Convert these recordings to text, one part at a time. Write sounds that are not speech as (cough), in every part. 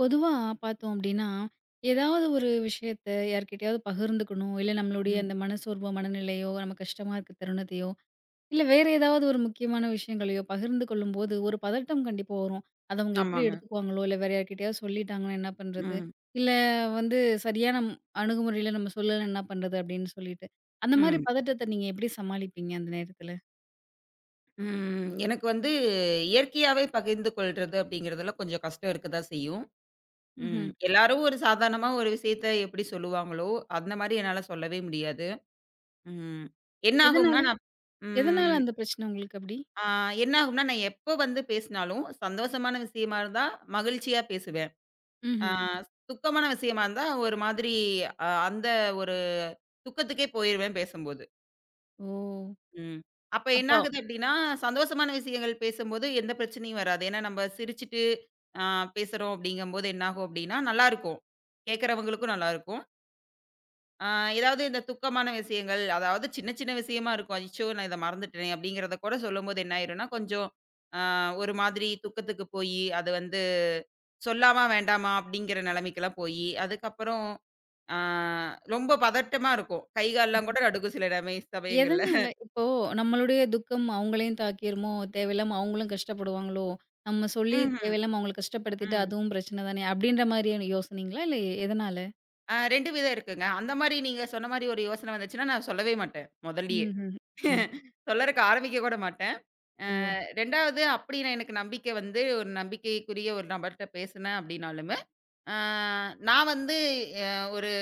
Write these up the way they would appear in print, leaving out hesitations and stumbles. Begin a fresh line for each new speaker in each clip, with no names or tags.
பொதுவா பார்த்தோம் அப்டின்னா, ஏதாவது ஒரு விஷயத்த யார்கிட்டயாவது பகிர்ந்துக்கணும். இல்ல நம்மளுடைய அந்த
ம்.
மனசோர்வோ, மனநிலையோ, நம்ம கஷ்டமா இருக்க தருணத்தையோ, இல்ல வேற ஏதாவது ஒரு முக்கியமான விஷயங்களையோ பகிர்ந்து கொள்ளும்போது, ஒரு பதட்டம் கண்டிப்பா வரும். அத அவங்க எப்டி
ஆமாங்க.
எடுத்துக்குவாங்களோ, இல்ல வேற யார்கிட்டயாவது சொல்லிட்டாங்கன்னா என்ன பண்றது?
ம்.
இல்ல வந்து சரியான அணுகுமுறையில நம்ம சொல்லல என்ன பண்றது? அப்டின்னு சொல்லிட்டு. அந்த மாரி
ம்.
பதட்டத்த நீங்க எப்டி சமாளிப்பீங்க அந்த நேரத்துல?
ம். எனக்கு வந்து இயற்கையாவே பகிர்ந்து கொள்றது அப்படிங்கிறதுல கொஞ்சம் கஷ்டம் இருக்க தான் செய்யும். ம்.
ம்ஹ்ம்.
எல்லாரும் ஒரு சாதாரணமா ஒரு விஷயத்த எப்படி சொல்லுவாங்களோ, அந்த மாரி என்னால சொல்லவே முடியாது. ம். என்ன ஆகும்னா
எதனால?
நான்
எதனால
ம்.
அந்த பிரச்சன உங்களுக்கு அப்டி?
ஆ என்ன ஆகும்னா, நான் எப்ப வந்து பேசினாலும் சந்தோஷமான விஷயமா இருந்தா மகிழ்ச்சியா பேசுவேன். ஆ
ம்ஹ்ம்.
துக்கமான விஷயமா இருந்தா ஒரு மாதிரி அந்த ஒரு துக்கத்துக்கே போயிருவேன் பேசும்போது.
ஓ!
ம். அப்ப என்ன
அப்ப
ஆகுது அப்டின்னா, சந்தோஷமான விஷயங்கள் பேசும்போது எந்த பிரச்சனையும் வராது. ஏன்னா நம்ம சிரிச்சுட்டு அ பேசுறோம் அப்டிங்கும்போது என்னாகும் அப்டின்னா, நல்லாருக்கும். கேட்கறவங்களுக்கும் நல்லாருக்கும். அ ஏதாவது இந்த துக்கமான விஷயங்கள், அதாவது சின்ன சின்ன விஷயமா இருக்கும். "அச்சோ! நான் இத மறந்துட்டேனே" அப்டிங்கிறத கூட சொல்லும்போது என்ன ஆயிரும்னா, கொஞ்சம் அ ஒரு மாதிரி துக்கத்துக்கு போயி, அது வந்து சொல்லாமா, வேண்டாமா அப்டிங்கிற நெலைமைக்கெல்லாம் போயி, அதுக்கப்புறம் அ ரொம்ப பதட்டமா இருக்கும். கை, கால்லாம் கூட நடுங்கும் சில நேரம் சமயங்கள்ல.
எதனால? இப்போ நம்மளுடைய துக்கம் அவங்களையும் தாக்கிருமோ? தேவையில்லாம அவங்களும் கஷ்டப்படுவாங்களோ? நம்ம சொல்லி
ம்ஹ்ம்.
தேவையில்லாம அவங்கள கஷ்டப்படுத்திட்டு
ம்.
அதுவும் பிரச்சனை தானே! அப்படின்ற மாரியான யோசனைங்களா? இல்ல எதனால?
2 விதம் இருக்குங்க. அந்த மாரி நீங்க சொன்ன மாரி ஒரு யோசனை வந்துச்சுன்னா, நான் சொல்லவே மாட்டேன், மொதல்லயே.
ம்ஹ்ம். ம்.
சொல்லறக்கு ஆரம்பிக்க கூட மாட்டேன். அ
ஓ!
2வது அப்படி நான் எனக்கு நம்பிக்கை வந்து ஒரு நம்பிக்கைக்குரிய ஒரு நபர்ட்ட பேசுனேன் அப்படின்னாலுமே, அ நான் வந்து அ ஒரு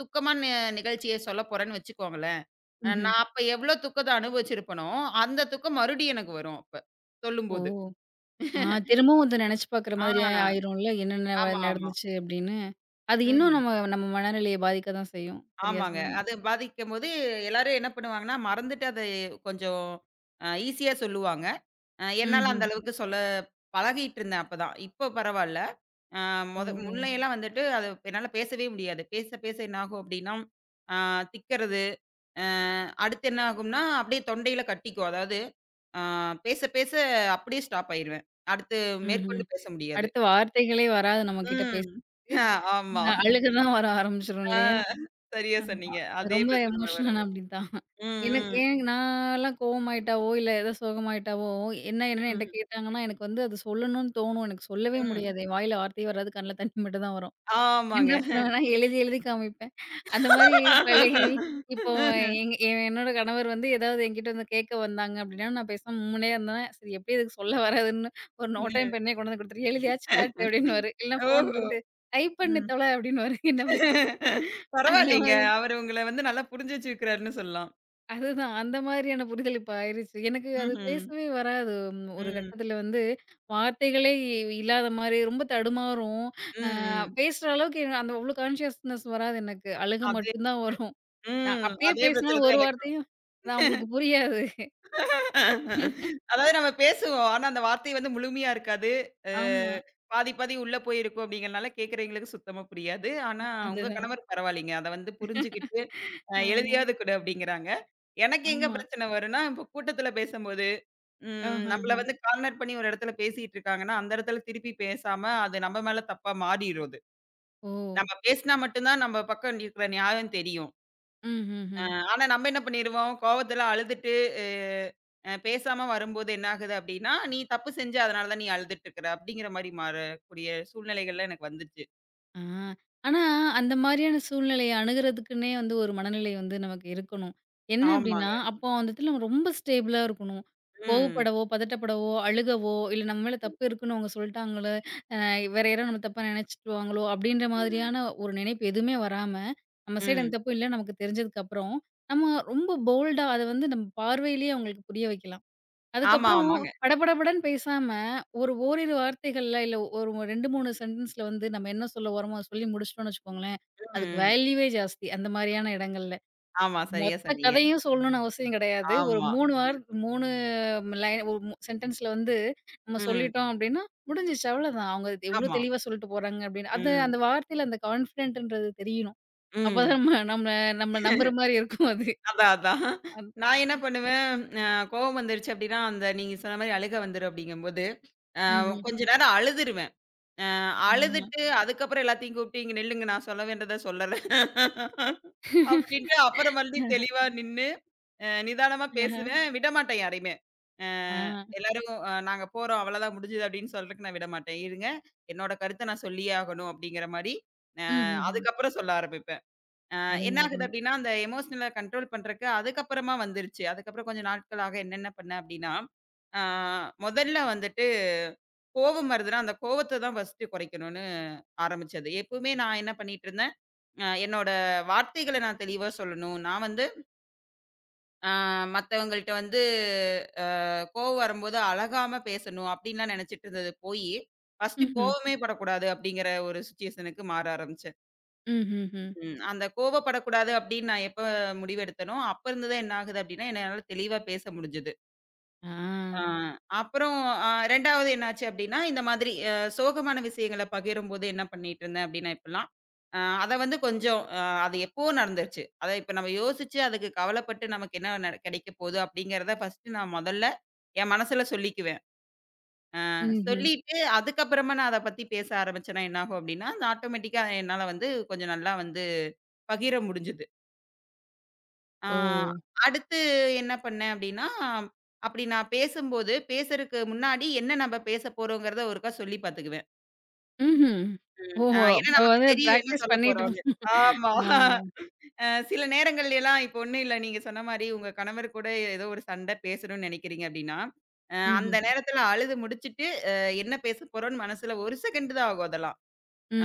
துக்கமான நி நிகழ்ச்சிய சொல்ல போறேன்னு வச்சுக்கோங்களேன்,
ம்ஹ்ம்.
நான் அப்ப எவ்வளோ துக்கத்த அனுபவிச்சிருப்பனோ, அந்த துக்கம் மறுபடியும் எனக்கு வரும் அப்ப,
ஓ!
சொல்லும்போது.
ஆ, திரும்பவும் அத நெனச்சு பாக்குற
ஆ,
மாதிரியா ஆயிரும்ல. என்னென்ன
ஆமா, ஆமா.
நடந்துச்சு அப்படின்னு. அது இன்னும்
ம்.
நம்ம நம்ம மனநிலைய பாதிக்க தான் செய்யும். சரியா
ஆமாங்க.
சொன்னீங்க.
அது பாதிக்கும்போது எல்லாரும் என்ன பண்ணுவாங்கன்னா, மறந்துட்டு அதை கொஞ்சம் ஈஸியா சொல்லுவாங்க. என்னால
ம்ஹ்ம்.
அந்த அளவுக்கு (laughs) சொல்ல பழகிட்டு இருந்தேன் அப்பதான். இப்போ பரவால்ல. அ
ஓ!
மொத முன்னையெல்லாம் வந்துட்டு அது என்னால பேசவே முடியாது. பேச, பேச என்னாகும் அப்டின்னா, அ திக்கிறது. அ அடுத்து என்ன ஆகும்னா, அப்படியே தொண்டையில கட்டிக்கும். அதாவது அ பேச, பேச அப்படியே ஸ்டாப் ஆயிருவேன். அடுத்து
ம்ஹ்ம்.
மேற்கொண்டு பேச முடியாது.
அடுத்த வார்த்தைகளே வராது நம்மகிட்ட
ம்.
பேசுறதுக்கு.
(laughs) ஆமா.
அழுக தான் வர ஆரம்பிச்சுரும்
ஆ
இல்லையா?
சரியா
ஆமா.
சொன்னீங்க. அதே
ரொம்ப
பிரச்சனை தான் வரும்.
எமோஷனல் அப்படிதான்.
ம்,
எனக்கு
ம்.
ஏன் நான்லாம் கோவமாயிட்டாவோ, இல்ல ஏதோ சோகமாயிட்டாவோ, என்ன என்னன்னு என்ட்ட
ம்.
கேட்டாங்கன்னா, எனக்கு வந்து அது சொல்லணும்னு தோணும். எனக்கு சொல்லவே
ம்.
முடியாது. என் வாயில வார்த்தையே வராது. கண்ல தண்ணி மட்டும் தான் வரும். என்ன
ஆமாங்க.
பண்ணுவேன்னா, எழுதி எழுதி காமிப்பேன். அந்த மாரி பழகி இப்போ
(laughs)
எங் என்னோட கணவர் வந்து ஏதாவது என்கிட்ட வந்து கேட்க வந்தாங்க அப்படின்னா, நான் பேசாம உம்முனே இருந்தேன். சரி எப்படியும் இதுக்கு சொல்ல வராதுன்னு ஒரு நோட் டைம் பெண்ணே கொண்டு வந்து குடுத்துரு. எழுதியாச்சு காட்டு அப்படின்னுவாரு. இல்ல ஃபோன்
ஓஹோ!
குடுத்து டைப் பண்ணி
ம்.
தொல அப்படின்னுவாரு. என்ன பிரச்சனை? அந்த
பரவாயில்லைங்க.
மாரி
அவரு உங்கள வந்து நல்லா புரிஞ்சு வச்சுக்கிறாருன்னு சொல்லலாம்.
அதுதான். அந்த மாதிரியான புரிதல் இப்ப ஆயிருச்சு. எனக்கு அது
ம்ஹ்ம்.
பேசவே வராது. ஒரு
ம்.
கட்டத்தில வந்து வார்த்தைகளே இல்லாத மாரி ரொம்ப தடுமாறும். அ
ம், ம்.
பேசுற அளவுக்கு அந்த அவ்ளோ கான்ஷியஸ்னஸ் வராது எனக்கு. அழுக
அதே
மட்டும் தான் வரும். நான் அப்படியே
அதே பிரச்சனை
பேசினாலும்
தான்
ஒரு
எனக்கு.
வார்த்தையும் அது அவங்களுக்கு புரியாது.
அதாவது நம்ம பேசுவோம். ஆனா அந்த வார்த்தை வந்து முழுமையா இருக்காது. அ
ஆமா.
பாதி பாதி உள்ள போயிருக்கும் அப்படிங்கிறனால கேட்கிறவங்களுக்கு சுத்தமா புரியாது. ஆனா உங்க
அதுதான்.
கணவர் பரவாயில்லைங்க. அத வந்து புரிஞ்சுகிட்டு
அ
எழுதியாவது குடு அப்படிங்கிறாங்க. எனக்கு எங்க
ஆமா.
பிரச்சனை வரும்னா, இப்போ கூட்டத்தில பேசும்போது,
ஆஹஹ.
நம்மள வந்து கார்னர் பண்ணி ஒரு இடத்துல பேசிட்டு இருக்காங்கன்னா, அந்த இடத்துல திருப்பி பேசாம அது நம்ம மேல தப்பா மாறிரும் அது.
ஓ!
நம்ம பேசினா மட்டும் தான் நம்ம பக்கம் இருக்கிற நியாயம் தெரியும்.
ம்ஹ்ஹ்ம்.
அ ஆனா நம்ம என்ன பண்ணிருவோம், கோவத்தில அழுதுட்டு அ அ பேசாம வரும்போது என்ன ஆகுது அப்படின்னா, "நீ தப்பு செஞ்ச அதனால தான் நீ அழுதுட்டு இருக்கிற" அப்படிங்கிற மாரி மாறக்கூடிய சூழ்நிலைகள்லாம் எனக்கு வந்துச்சு.
ஆ. ஆனா, அந்த மாரியான சூழ்நிலைய அணுகுறதுக்குன்னே வந்து ஒரு மனநிலை வந்து நமக்கு இருக்கணும். என்ன அப்டின்னா,
ஆமாங்க.
அப்போ அந்த இடத்துல நம்ம ரொம்ப ஸ்டேபிளா இருக்கணும்.
ம்.
கோவப்படவோ, பதட்டப்படவோ, அழுகவோ, இல்ல நம்ம மேல
ம்.
தப்பு இருக்குன்னு அவங்க சொல்ட்டாங்களே, அ வேற யாரோ நம்ம தப்பா நெனச்சுட்டுருவாங்களோ அப்டின்ற மாதிரியான ஒரு நினைப்பு எதுவுமே வராம, நம்ம சைடு
ம்.
அந்த தப்பு இல்லன்னு நமக்கு தெரிஞ்சதுக்கப்புறம், நம்ம ரொம்ப போல்டா அத வந்து நம்ம பார்வையிலேயே அவங்களுக்கு புரிய வைக்கலாம்.
ஆமா,
அதுக்கப்புறம்
ஆமாங்க.
படபடபடன்னு பேசாம, ஒரு ஓரிரு வார்த்தைகள்ல, இல்ல ஒரு 2, 3 சென்டென்ஸ்ல வந்து நம்ம என்ன சொல்ல வரோமோ, அத சொல்லி முடிச்சுட்டோம்னு வச்சுக்கோங்களேன்,
ம்.
அதுக்கு
ம்.
வேல்யூவே ஜாஸ்தி. அந்த மாரியான இடங்கள்ல.
ஆமா. சரியா
மொத்த
சொன்னீங்க.
கதையும் சொல்லணும்னு அவசியம் கிடையாது. ஒரு
ஆமா.
3 வார்
ம்.
3 லைன் ஒரு சென்டென்ஸ்ல வந்து நம்ம
ம்.
சொல்லிட்டோம் அப்டின்னா, முடிஞ்சிச்சு அவ்வளோதான். அவங்க எவ்ளோ
ஆமா.
தெளிவா சொல்லிட்டு போறாங்க அப்டின்னு. அது
ம்.
அந்த வார்த்தையில அந்த கான்ஃபிடன்ட்ன்றது தெரியணும். அப்பதான்
ம்.
நம்ம நம்ம நம்ம நம்புற மாரி இருக்கும் அது.
அதான், அதான்.
அந்
நான் என்ன பண்ணுவேன், அ கோவம் வந்துருச்சு அப்டின்னா, அந்த நீங்க சொன்ன மாரி அழுக வந்துரும் அப்டிங்கும்போது, அ
ம்ஹ்ம்.
கொஞ்ச நேரம் அழுதுருவேன். அ
ஆமா.
அழுதுட்டு அதுக்கப்புறம் எல்லாத்தையும் கூப்பிட்டு, "இங்க நில்லுங்க நான் சொல்ல வேண்டத சொல்லல"
ஆஹ. (laughs)
அப்டின்ட்டு அப்புறம் மறுபடியும் தெளிவா நின்னு, நிதானமா பேசுவேன். விடமாட்டேன் யாரையுமே. அ
ஆ.
எல்லாரும் "நாங்க போறோம் அவ்வளோதான் முடிஞ்சுது" அப்டின்னு சொல்றதுக்கு நான் விடமாட்டேன். "இருங்க, என்னோட கருத்த நான் சொல்லியே ஆகணும்" அப்டிங்கிற மாரி, அ
ம்ஹ்ம்.
அதுக்கப்புறம் சொல்ல ஆரம்பிப்பேன். அ என்ன
அருமை,
ஆகுது
அருமை.
அப்டின்னா, அந்த எமோஷனல கண்ட்ரோல் பண்றக்கு அதுக்கப்புறமா வந்துருச்சு. அதுக்கப்புறம் கொஞ்சம் நாட்களாக என்னென்ன பண்ணேன் அப்டின்னா, ஆ முதல்ல வந்துட்டு கோவம் வருதுன்னா, அந்த கோவத்த தான் ஃபர்ஸ்ட்டு குறைக்கணும்னு ஆரம்பிச்சது. எப்பவுமே நான் என்ன பண்ணிட்டுருந்தேன், என்னோட வார்த்தைகள நான் தெளிவா சொல்லணும். நான் வந்து ஆ மத்தவங்கள்ட்ட வந்து அ கோவம் வரும்போது அழகாம பேசணும் அப்டின்லாம் நெனச்சிட்டு இருந்தது போயி, ஃபர்ஸ்ட்டு
ம்ஹ்ம்.
கோவமே படக்கூடாது அப்டிங்கிற ஒரு சிச்சுவேஷனுக்கு மாற ஆரம்பிச்சேன்.
ம்ஹ்ஹ்ம்.
ம். அந்த கோவப்படக்கூடாது அப்படின்னு நான் எப்ப முடிவெடுத்தேனோ, அப்ப இருந்து தான் என்ன ஆகுது அப்படின்னா, என்னால தெளிவா பேச முடிஞ்சது.
ஆ.
ஆ அப்புறம் 2வது என்னாச்சு அப்படின்னா, இந்த மாதிரி சோகமான விஷயங்கள பகிரும்போது என்ன பண்ணிட்டுருந்தேன் அப்படின்னா இப்பல்லாம், அ அத வந்து கொஞ்சம் அ அது எப்பவோ நடந்துருச்சு. அத இப்ப நம்ம யோசிச்சு அதுக்கு கவலைப்பட்டு நமக்கு என்ன நட கிடைக்க போகுது அப்படிங்கிறத ஃபர்ஸ்ட்டு நான் முதல்ல என் மனசுல சொல்லிக்குவேன். அ
ம்ஹ்ம்.
சொல்லிட்டு அதுக்கப்புறமா நான் அத பத்தி பேச ஆரம்பிச்சேன்னா என்னாகும் அப்படின்னா, அது ஆட்டோமேட்டிக்கா என்னால வந்து கொஞ்சம் நல்லா வந்து பகிர முடிஞ்சது. ஆ
ஓ!
அடுத்து என்ன பண்ணேன் அப்படின்னா, அப்படி நான் பேசும்போது, பேசுறதுக்கு முன்னாடி என்ன நம்ம பேச போறோங்கிறத ஒருக்கா சொல்லி பார்த்துக்குவேன்.
ம்ஹ்ம்.
ம்.
ஓஹோ!
ஏன்னா
அப்ப
நமக்கு
வந்து
தெரியும் என்ன
பிராக்டிஸ்
சொல்ல
பண்ணிட்டு
போறோம்ன்னு. ஆமா.
ஆ.
அ சில நேரங்கள்ல எல்லாம் இப்போ ஒண்ணும் இல்ல. நீங்க சொன்ன மாரி உங்க கணவர் கூட ஏதோ ஒரு சண்டை பேசணும்னு நெனைக்கிறீங்க அப்படின்னா, அந்த
ம்ஹ்ஹ்ம்.
நேரத்துல அழுது முடிச்சுட்டு, என்ன பேச போறோம்ன்னு மனசுல 1 செகண்ட் தான் ஆகும் அதெல்லாம்.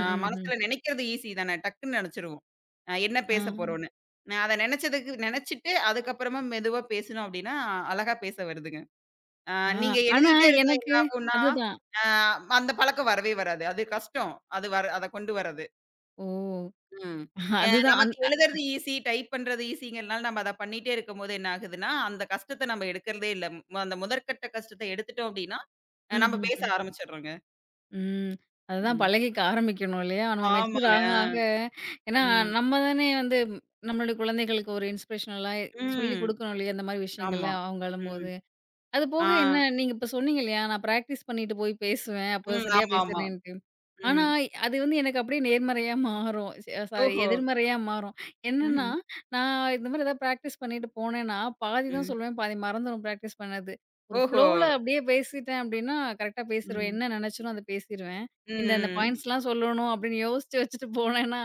ம்ஹ்ம்.
மனசுல நினைக்கிறது ஈஸி தானே. டக்குன்னு நினைச்சிருவோம். என்ன
ஆ,
பேச போறோம்ன்னு. நான் அத நினைச்சதுக்கு நினைச்சுட்டு அதுக்கப்புறமா மெதுவா பேசினோம் அப்டின்னா, அழகா பேச வருதுங்க. ஆ
ஆ.
நீங்க
ஆனா
எழுதிட்டே இருந்தா என்ன
எனக்கு
ஆகும்னா,
அதுதான்.
ஆ அந்த பழக்கம் வரவே வராது. அது கஷ்டம். அது வர அத கொண்டு வர்றது.
ஓ!
ம்.
அதுதான். அந்
நமக்கு
அ
எழுதுறது ஈஸி, டைப் பண்றது ஈஸிங்கிறனால நம்ம அத பண்ணிட்டே இருக்கும்போது என்ன ஆகுதுன்னா, அந்த கஷ்டத்த நம்ம எடுக்கிறதே இல்ல. அந்த முதற்கட்ட கஷ்டத்த எடுத்துட்டோம் அப்டின்னா, நம்ம பேச
ம்ஹ்ஹ்ம்.
ஆரம்பிச்சுடுறோங்க.
ம். அதுதான்
ம்.
பழகிக்க ஆரம்பிக்கணும் இல்லையா? நம்ம மெச்சூர்
ஆமாங்க.
ஆக ஆக ஏன்னா
ம்.
நம்ம தானே வந்து நம்மளுடைய குழந்தைகளுக்கு ஒரு இன்ஸ்பிரேஷனலா சொல்லிக்
ம்.
குடுக்கணும் இல்லையா? இந்த மாரி விஷயங்கள்ல
ஆமா.
அவங்க
ம்.
அழும்போது. அது போக
ஆ.
என்ன நீங்க இப்ப சொன்னீங்க இல்லையா, நான் பிராக்டிஸ் பண்ணிட்டு போய் பேசுவேன். அப்போ
ம்.
சரியா
ஆமா, ஆமா.
பேசுறேன்ட்டு. ஆனா,
ம்.
அது வந்து எனக்கு அப்படியே நேர்மறையா மாறும். சாரி,
ஓஹோ!
எதிர்மறையா மாறும். என்னன்னா,
ம்ஹ்ம்.
நான் இந்த மாரி ஏதாவது பிராக்டிஸ் பண்ணிட்டு போனேன்னா, பாதி தான்
ம்.
சொல்லுவேன், பாதி மறந்துரும் பிராக்டிஸ் பண்ணது. ஒரு
ஓஹோ!
ஃப்ளோல அப்படியே பேசிட்டேன் அப்படின்னா, கரெக்ட்டா பேசிருவேன்.
ம்.
என்ன நினைச்சேனோ அத பேசிருவேன். இந்த இந்த
ம்.
பாயிண்ட்ஸ்லாம் சொல்லணும் அப்படின்னு யோசிச்சு வச்சுட்டு போனேன்னா,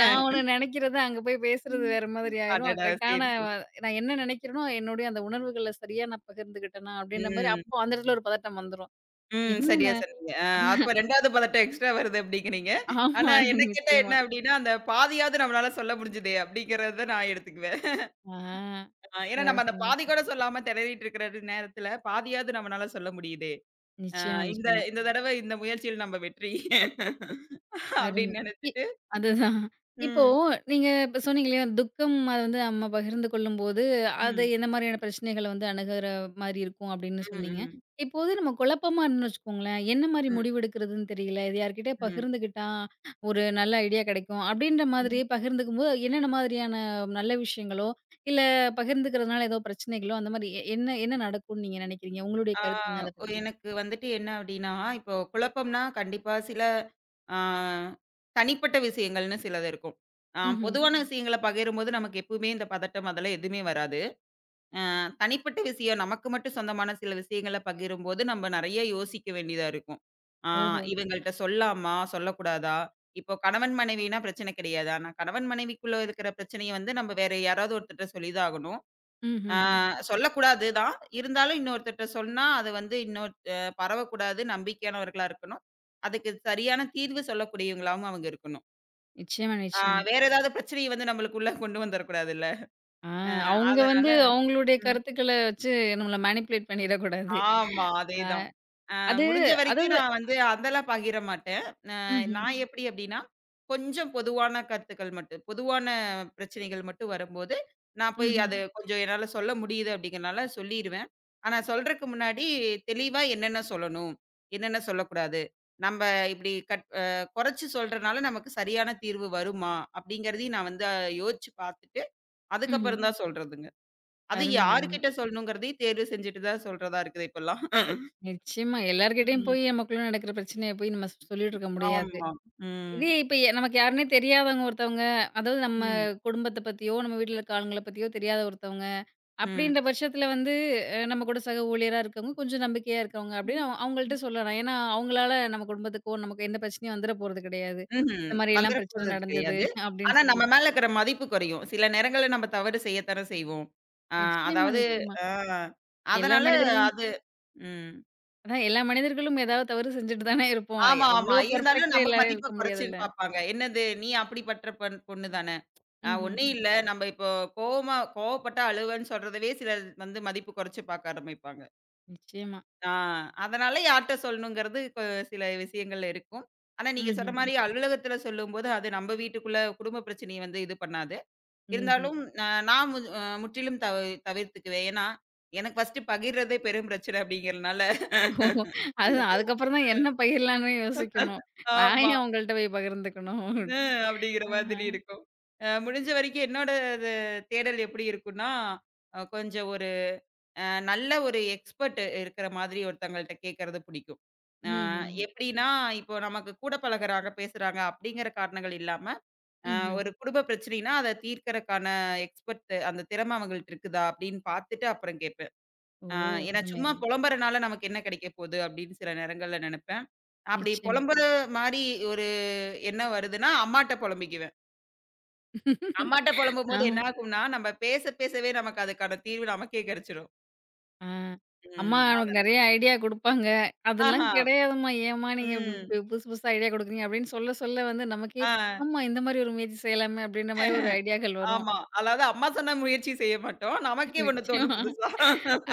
நான் ஒண்ணு நினைக்கிறது அங்க போய் பேசுறது
ம்.
வேற மாதிரி ஆயிரும்.
அடடா! சரி,
கரெக்ட்டான
சரி.
நான் என்ன நினைக்கிறேனோ, என்னுடைய அந்த உணர்வுகள சரியா நான் பகிர்ந்துக்கிட்டேனா, அப்படின்ற மாரி
ம்.
அப்போ அந்த இடத்துல ஒரு பதட்டம் வந்துரும்.
ம்.
என்னென்ன
சரியா சொன்னீங்க. அப்ப 2வது பதட்டம் எக்ஸ்ட்ரா வருது அப்படிங்கிறீங்க.
ஆமா
ஆனா என்ன கேட்டா
நிச்சயமா.
என்ன அப்படின்னா, அந்த பாதியாவது நம்மளால சொல்ல முடிஞ்சுதே அப்படிங்கிறத நான் எடுத்துக்குவேன்.
ஆ
ஏன்னா
அழகா
நம்ம அந்த
சொன்னீங்க.
பாதி கூட சொல்லாம திணறிட்டு இருக்கிற நேரத்துல பாதியாவது நம்மனால சொல்ல முடியுதே.
நிச்சயமா,
இந்த
நிச்சயமா.
இந்த தடவ இந்த முயற்சியில் நம்ம வெற்றி (laughs)
அருமை.
அப்படின்னு
இ
நினைச்சுட்டு
அதுதான். இப்போ
ம்.
நீங்க இப்ப சொன்னீங்க இல்லையா? துக்கம் அது வந்து நம்ம பகிர்ந்து கொள்ளும்போது, அது
ம்.
என்ன மாரியான பிரச்சனைகள வந்து அணுகுற மாரி இருக்கும் அப்படின்னு சொன்னீங்க.
ம்.
இப்போது நம்ம குழப்பமா இருந்தோம்னு வச்சுக்கோங்களேன், என்ன மாரி
ம்.
முடிவெடுக்கிறதுன்னு தெரியல. இது யார்கிட்டயா
ம்.
பகிர்ந்துக்கிட்டா ஒரு நல்ல ஐடியா கிடைக்கும். அப்படின்ற மாதிரி
ம்.
பகிர்ந்துக்கும்போது, என்னென்ன மாதிரியான நல்ல விஷயங்களோ, இல்ல பகிர்ந்துக்கிறதுனால ஏதோ பிரச்சனைகளோ, அந்த மாரி என்ன என்ன நடக்கும்னு நீங்க நினைக்கிறீங்க? உங்களுடைய
ஆ
கருத்து என்ன அத பத்தி?
எனக்கு வந்துட்டு என்ன அப்டின்னா, இப்போ குழப்பம்னா கண்டிப்பா சில ஆ தனிப்பட்ட விஷயங்கள்னு சிலது இருக்கும்.
ம்ஹ்ம்.
பொதுவான விஷயங்கள பகிரும்போது நமக்கு எப்பவுமே இந்த பதட்டம் அதெல்லாம் எதுவுமே வராது. ஆ, தனிப்பட்ட விஷயம் நமக்கு மட்டும் சொந்தமான சில விஷயங்கள பகிரும்போது நம்ம நெறைய யோசிக்க வேண்டியதா இருக்கும். ஆ
ஓஹோ!
இவங்கள்ட்ட சொல்லாமா? சொல்லக்கூடாதா? இப்போ கணவன் மனைவினா பிரச்சனை கிடையாது. ஆனா கணவன் மனைவிக்குள்ள இருக்கிற பிரச்சனைய வந்து நம்ம வேற யாராவது ஒருத்தர்ட்ட சொல்லி தான் ஆகணும். ஆ
ம்ஹ்ஹ்ம்.
சொல்லக்கூடாது தான். இருந்தாலும் இன்னொருத்தர்ட்ட சொன்னா, அது வந்து இன்னொரு பரவக்கூடாது. நம்பிக்கையானவர்களா இருக்கணும். அதுக்கு சரியான தீர்வு சொல்லக்கூடியவங்களாவும் அவங்க இருக்கணும்.
நிச்சயமா,
ஆ
நிச்சயமா.
வேற ஏதாவது பிரச்சனைய வந்து நம்மளுக்குள்ள கொண்டு வந்துரக்கூடாதுல்ல.
ஆ,
அ
அவங்க
அதனால
வந்து அவங்களுடைய
ம்.
கருத்துக்கள வச்சு நம்மள மேனிபுலேட் பண்ணிடக்கூடாது.
ஆமா.
அ
அதேதான்.
அது
முடிஞ்ச வரைக்கும்
அதாவது
நான் வந்து அதெல்லாம் பகிர மாட்டேன். அ
ம்ஹ்ம்,
நான் ம். எப்படி அப்படின்னா, கொஞ்சம் பொதுவான கருத்துக்கள் மட்டும் பொதுவான பிரச்சனைகள் மட்டும் வரும்போது, நான் போய்
ம்ஹ்ம்,
அது ம். கொஞ்சம் என்னால சொல்ல முடியுது அப்படிங்கிறனால சொல்லிருவேன். ஆனா சொல்றக்கு முன்னாடி தெளிவா என்னென்ன சொல்லணும்? என்னென்ன சொல்லக்கூடாது? நம்ப இப்படி கட் அ குறைச்சு சொல்றனால நமக்கு சரியான தீர்வு வருமா? அப்படிங்கிறதையும் நான் வந்து யோசிச்சு பார்த்துட்டு,
ம்ஹ்ம்.
அதுக்கப்புறம் ம். தான் சொல்றதுங்க. அது ம்.
அருமை, அருமை.
யார்கிட்ட சொல்லணுங்கிறதையும் தேர்வு செஞ்சுட்டு தான் சொல்றதா இருக்குது இப்பல்லாம்.
நிச்சயமா எல்லார்கிட்டயும் போய் நமக்குள்ள நடக்கிற பிரச்சனைய போய் நம்ம சொல்லிட்டு இருக்க முடியாது.
ஆமா. ம்.
இதே இப்ப நமக்கு யாருன்னே தெரியாதவங்க ஒருத்தவங்க, அதாவது நம்ம
ம்.
குடும்பத்த பத்தியோ, நம்ம வீட்ல இருக்க ஆளுங்கள பத்தியோ தெரியாத ஒருத்தவங்க
ம்.
அப்படின்ற பட்சத்தில வந்து அ நம்ம கூட சக ஊழியரா இருக்கவங்க, கொஞ்சம் நம்பிக்கையா இருக்கவங்க
ம்.
அப்படின்னு அவங்கள்ட்ட சொல்லலாம். ஏன்னா, அவங்களால நம்ம குடும்பத்துக்கோ, நமக்கு எந்த பிரச்சனையும் வந்துற போறது கிடையாது.
ம்ஹ்ம்.
இந்த மாரி
வந்துற
எல்லாம் பிரச்சனை
போறது
நடந்தது
கிடையாது.
அப்படின்னு
ஆனா நம்ம
சொல்லிட்டு.
மேல இருக்கிற மதிப்பு குறையும். சில நேரங்கள்ல நம்ம தவறு செய்யத்தானே செய்வோம். ஆ
நிச்சயமா,
அதாவது
நிச்சயமா.
ஆ
எல்லா
அதனால
மனிதர்களும்
அது ம்.
அதான் எல்லா மனிதர்களும் ஏதாவது தவறு செஞ்சுட்டு தானே இருப்போம்.
ஆமா, ஆமா.
அவ்ளோ
இருந்தாலும்
பெர்ஃபெக்ட்டா
நம்ம
எல்லாரும்
மதிப்ப
இருக்க
குறைச்சு
முடியாதுல்ல.
பார்ப்பாங்க. என்னது நீ அப்படிப்பட்ட பண் பொண்ணு தானே.
ம்ஹ்ஹ்ம்.
ஒண்ணும் இல்ல நம்ம இப்போ கோவமா கோவப்பட்டா அழுவேன்னு சொல்றதவே சிலர் வந்து மதிப்பு குறைச்சு பார்க்க ஆரம்பிப்பாங்க.
நிச்சயமா.
ஆ அதனால யார்ட்ட சொல்லணுங்கிறது கொ சில விஷயங்கள் இருக்கும். ஆனா நீங்க சொன்ன
ம்ஹ்ஹ்ம்.
மாரி அலுவலகத்தில சொல்லும்போது, அது நம்ம வீட்டுக்குள்ள குடும்ப பிரச்சனைய வந்து இது பண்ணாது.
ம்ஹ்ம்.
இருந்தாலும் அ நான் மு அ முற்றிலும் தவிர்த்துக்குவேன். ஏன்னா, எனக்கு ஃபர்ஸ்ட்டு பகிர்றதே பெரும் பிரச்சனை அப்படிங்கிறனால.
ஓஹோ! அதுதான். அதுக்கப்புறம் தான் என்ன பகிரலான்னு யோசிக்கணும்.
(laughs)
நான்
ஆமா.
ஏன் அவங்கள்ட்ட போய் பகிர்ந்துக்கணும்?
அ அப்படிங்கிற
ஆஹ.
மாதிரி இருக்கும். முடிஞ்ச வரைக்கும் என்னோட இது தேடல் எப்படி இருக்கும்னா, அ கொஞ்சம் ஒரு அ நல்ல ஒரு எக்ஸ்பர்ட் இருக்கிற மாதிரி ஒருத்தங்கள்ட்ட கேட்கறது பிடிக்கும். ம்.
ம்ஹ்ஹ்ம்.
எப்படின்னா, இப்போ நமக்கு கூட பழகுறாங்க, பேசுறாங்க அப்படிங்கிற காரணங்கள் இல்லாம, அ
ம்ஹ்ம்.
ஒரு குடும்ப பிரச்சனைனா அத தீர்க்கறக்கான எக்ஸ்பர்ட் அந்த திறமை அவங்கள்ட்ட இருக்குதா அப்படின்னு பார்த்துட்டு அப்புறம் கேட்பேன்.
ஓ!
அ ஏன்னா
அருமை,
சும்மா
அருமை.
புலம்புறனால நமக்கு என்ன கிடைக்க போகுது அப்படின்னு சில நேரங்கள்ல நினைப்பேன். அப்படி
நிச்சயம்.
புலம்புற மாரி ஒரு எண்ணம் வருதுன்னா, அம்மாட்ட புலம்பிக்குவேன். அம்மாட்ட புலம்பும்போது
ஆமா.
என்ன ஆகும்னா, நம்ம பேச பேசவே நமக்கு அதுக்கான தீர்வு நமக்கே கிடைச்சிரும்.
ஆ. அம்மா
ம்.
நமக்கு
அதனா
நெறைய ஐடியா குடுப்பாங்க. அதெல்லாம்
ஆஹா.
கிடையாதும்மா. ஏம்மா நீங்க இப்டி
ம்.
புதுசு புதுசா ஐடியா குடுக்குறீங்க அப்டின்னு சொல்ல சொல்ல வந்து நமக்கே,
ஆ,
ஆமா இந்த மாரி ஒரு முயற்சி செய்யலாமே அப்டின்ற மாரி ஒரு ஐடியாக்கள் வரும்.
ஆமா. அதாவது அம்மா சொன்னா முயற்சி செய்ய மாட்டோம். நமக்கே ஒண்ணு தோணும்
நிச்சயமா.
புதுசா.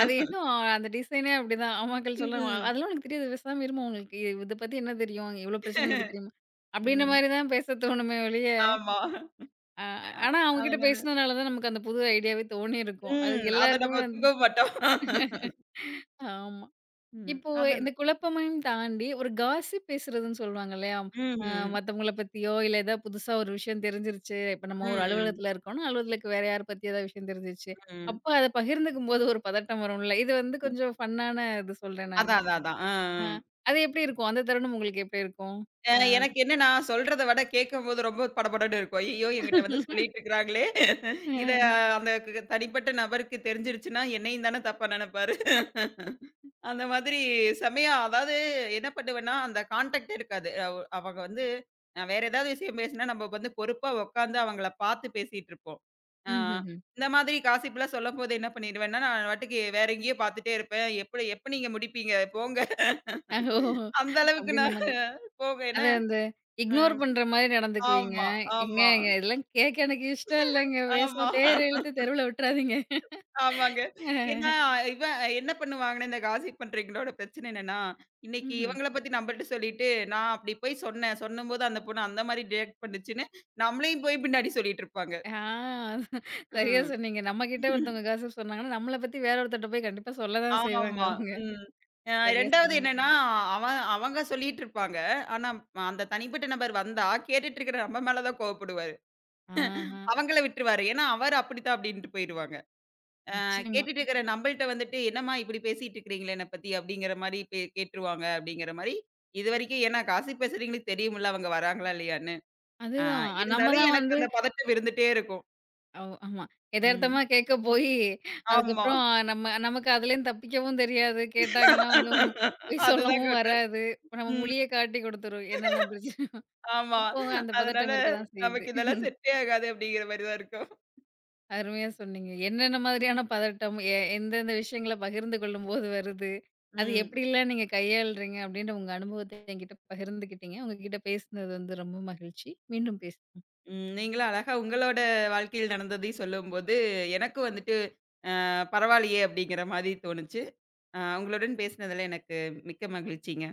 அது ஏதோ அந்த டிசைனே அப்டிதான். அம்மாக்கள் சொல்லுவாங்க.
ம்.
அதெல்லாம் உனக்கு தெரியாது. பேசாம இரும்மா, உங்களுக்கு இத பத்தி என்ன தெரியும்? இவ்ளோ பிரச்சனை இருக்கு தெரியுமா? அப்டின்ற
ம்.
மாரி தான் பேச தோணுமே ஒழிய,
ஆமா.
அ
அ
ஆனா அவங்க கிட்ட
அதனால
பேசினனால தான் நமக்கு அந்த புது ஐடியாவே தோணியிருக்கும். அது
ம். அத
எல்லாருக்குமே
நம்ம
வந்து
ஒத்துக்கவும் மாட்டோம். ம்.
ஆமா.
ம்.
இப்போ
அதன்
இந்த குழப்பமையும் தாண்டி, ஒரு காசிப் பேசுறதுன்னு சொல்லுவாங்க இல்லையா?
ம்,
அ
ம்.
மத்தவங்கள பத்தியோ, இல்ல ஏதாவது புதுசா ஒரு விஷயம் தெரிஞ்சிருச்சு. இப்ப நம்ம
ம்,
ஒரு
ம்,
அலுவலகத்துல இருக்கோம்னா, அலுவலகத்துக்கு வேற யார பத்தி ஏதாவது விஷயம் தெரிஞ்சிருச்சு.
ம்.
அப்ப அத பகிர்ந்துக்கும்போது ஒரு பதட்டம் வரும்ல. இது வந்து கொஞ்சம் ஃபன்னான இது சொல்றேன் நானு.
அதான், அதான், அதான். ஆ,
அ
ஆ.
அது எப்படி இருக்கும்? அந்த தருணம் உங்களுக்கு எப்படி இருக்கும்? அ
எனக்கு என்னன்னா சொல்றத விட கேட்கும்போது ரொம்ப படபடன்னு இருக்கும். ஐயய்யோ! என்கிட்ட வந்து சொல்லிட்டு இருக்கிறாங்களே! இத அந்த கு தனிப்பட்ட நபருக்கு தெரிஞ்சிருச்சுன்னா என்னையும் தானே தப்பா நெனைப்பாரு. அந்த மாதிரி செம்மையா அதாவது என்ன பண்ணுவேன்னா, அந்த கான்டாக்ட்டே இருக்காது. அவங்க வந்து நான் வேற ஏதாவது விஷயம் பேசினா, நம்ம வந்து பொறுப்பா உட்காந்து அவங்கள பார்த்து பேசிட்டுருப்போம். ஆ
ம்ஹ்ஹ்ம்.
இந்த மாதிரி காசிப்லாம் சொல்லம்போது என்ன பண்ணிடுவேன்னா, நான் பாட்டுக்கு வேற எங்கேயோ பார்த்துட்டே இருப்பேன். எப்படி எப்ப நீங்க முடிப்பீங்க போங்க.
ஓ!
அந்த அளவுக்கு
அப்படின்ற
நான்
மாரி.
போக என்ன
அந்த இக்னோர்
ம்.
பண்ற மாரி நடந்துக்குவீங்க.
ஆமா, ஆமா,
ஏங்க இதெல்லாம் கேட்க எனக்கு இஷ்டம் இல்லங்க. பேசாம
ஆமா.
தேர இழுத்து தெருவுல விட்டுறாதீங்க.
ஆமாங்க. ஏன்னா, இவன் என்ன பண்ணுவாங்கன்னா, இந்த காசிப் பண்றவைங்களோட பிரச்சனை என்னன்னா, இன்னைக்கு
ம்ஹ்ம்.
இவங்கள பத்தி நம்மள்ட்ட சொல்லிட்டு, நான் அப்படி போய் சொன்னேன். சொன்னம்போது அந்த பொண்ணு அந்த மாரி ரியாக்ட் பண்ணுச்சுன்னு, நம்மளையும் போய் பின்னாடி சொல்லிட்டு இருப்பாங்க.
ஆ, சரியா
ம்.
சொன்னீங்க. நம்மகிட்ட ஒருத்தவங்க காஸ்ஸிப் சொன்னாங்கன்னா, நம்மள பத்தி வேற ஒருத்தர்ட்ட போய் கண்டிப்பா சொல்ல தான் செய்வாங்க
ஆமா.
அவங்க.
ம்.
சரியா
2வது
சொன்னீங்க.
என்னன்னா, அவங்க சொல்லிட்டு இருப்பாங்க. ஆனா, அந்த தனிப்பட்ட நபர் வந்தா, கேட்டுட்டு இருக்கிற நம்ம மேல தான் கோவப்படுவாரு.
ஆஹா,
அவங்கள விட்டுருவாரு. ஏன்னா, அவர் அப்படித்தான் அப்படின்ட்டு போயிருவாங்க.
நிச்சயமா.
கேட்டுட்டு இருக்கிற நம்மள்ட்ட வந்துட்டு, "என்னம்மா இப்படி பேசிட்டு இருக்கிறீங்களே என்னை பத்தி" அப்படிங்கிற மாரி கேட்டுருவாங்க அப்படிங்கிற மாரி இதுவரைக்கும் ஏன்னா காசிப் பேசுறவங்களுக்கு தெரியும்ல அவங்க வராங்களா இல்லையான்னு. ஆ
அதுதான். நம்ம
இருந்தாலும்
தான்
எனக்கு
வந்து
அந்த பதட்டம் இருந்துட்டே இருக்கும்.
அவ் ஆமா. எதார்த்தமா
ம்.
கேட்க போயி,
ஆமா.
அதுக்கப்புறம் நமக்கு அதுலேருந்து தப்பிக்கவும் தெரியாது. கேட்டாங்கன்னா வந்து ஒண்ணும் பொய்
அதுதாங்க
சொல்லவும்
உண்மை.
வராது. இப்ப நம்ம
ம்.
மொழிய காட்டி குடுத்துரும். என்னென்ன பிரச்சனை
ஆமா.
அப்போ அந்த
அதனால
பதட்டம் இருக்க தான் செய்யுது.
நமக்கு இதெல்லாம் செட்டே ஆகாது அப்படிங்கிற மாரி தான் இருக்கும்.
அருமையா சொன்னீங்க. என்னென்ன மாதிரியான பதட்டம், எந்தெந்த விஷயங்கள பகிர்ந்து கொள்ளும்போது வருது? அது
ம்.
எப்படிலாம் நீங்க கையாள்றீங்க அப்படின்ற உங்க அனுபவத்த என்கிட்ட பகிர்ந்துக்கிட்டீங்க. உங்ககிட்ட பேசினது வந்து ரொம்ப மகிழ்ச்சி. மீண்டும் பேச
ம். நீங்களும் அழகா உங்களோட வாழ்க்கையில் நடந்ததையும் சொல்லும்போது, எனக்கும் வந்துட்டு பரவாயில்லையே அப்படிங்கிற மாரி தோணுச்சு. உங்களுடன் பேசினதுல எனக்கு மிக்க மகிழ்ச்சிங்க.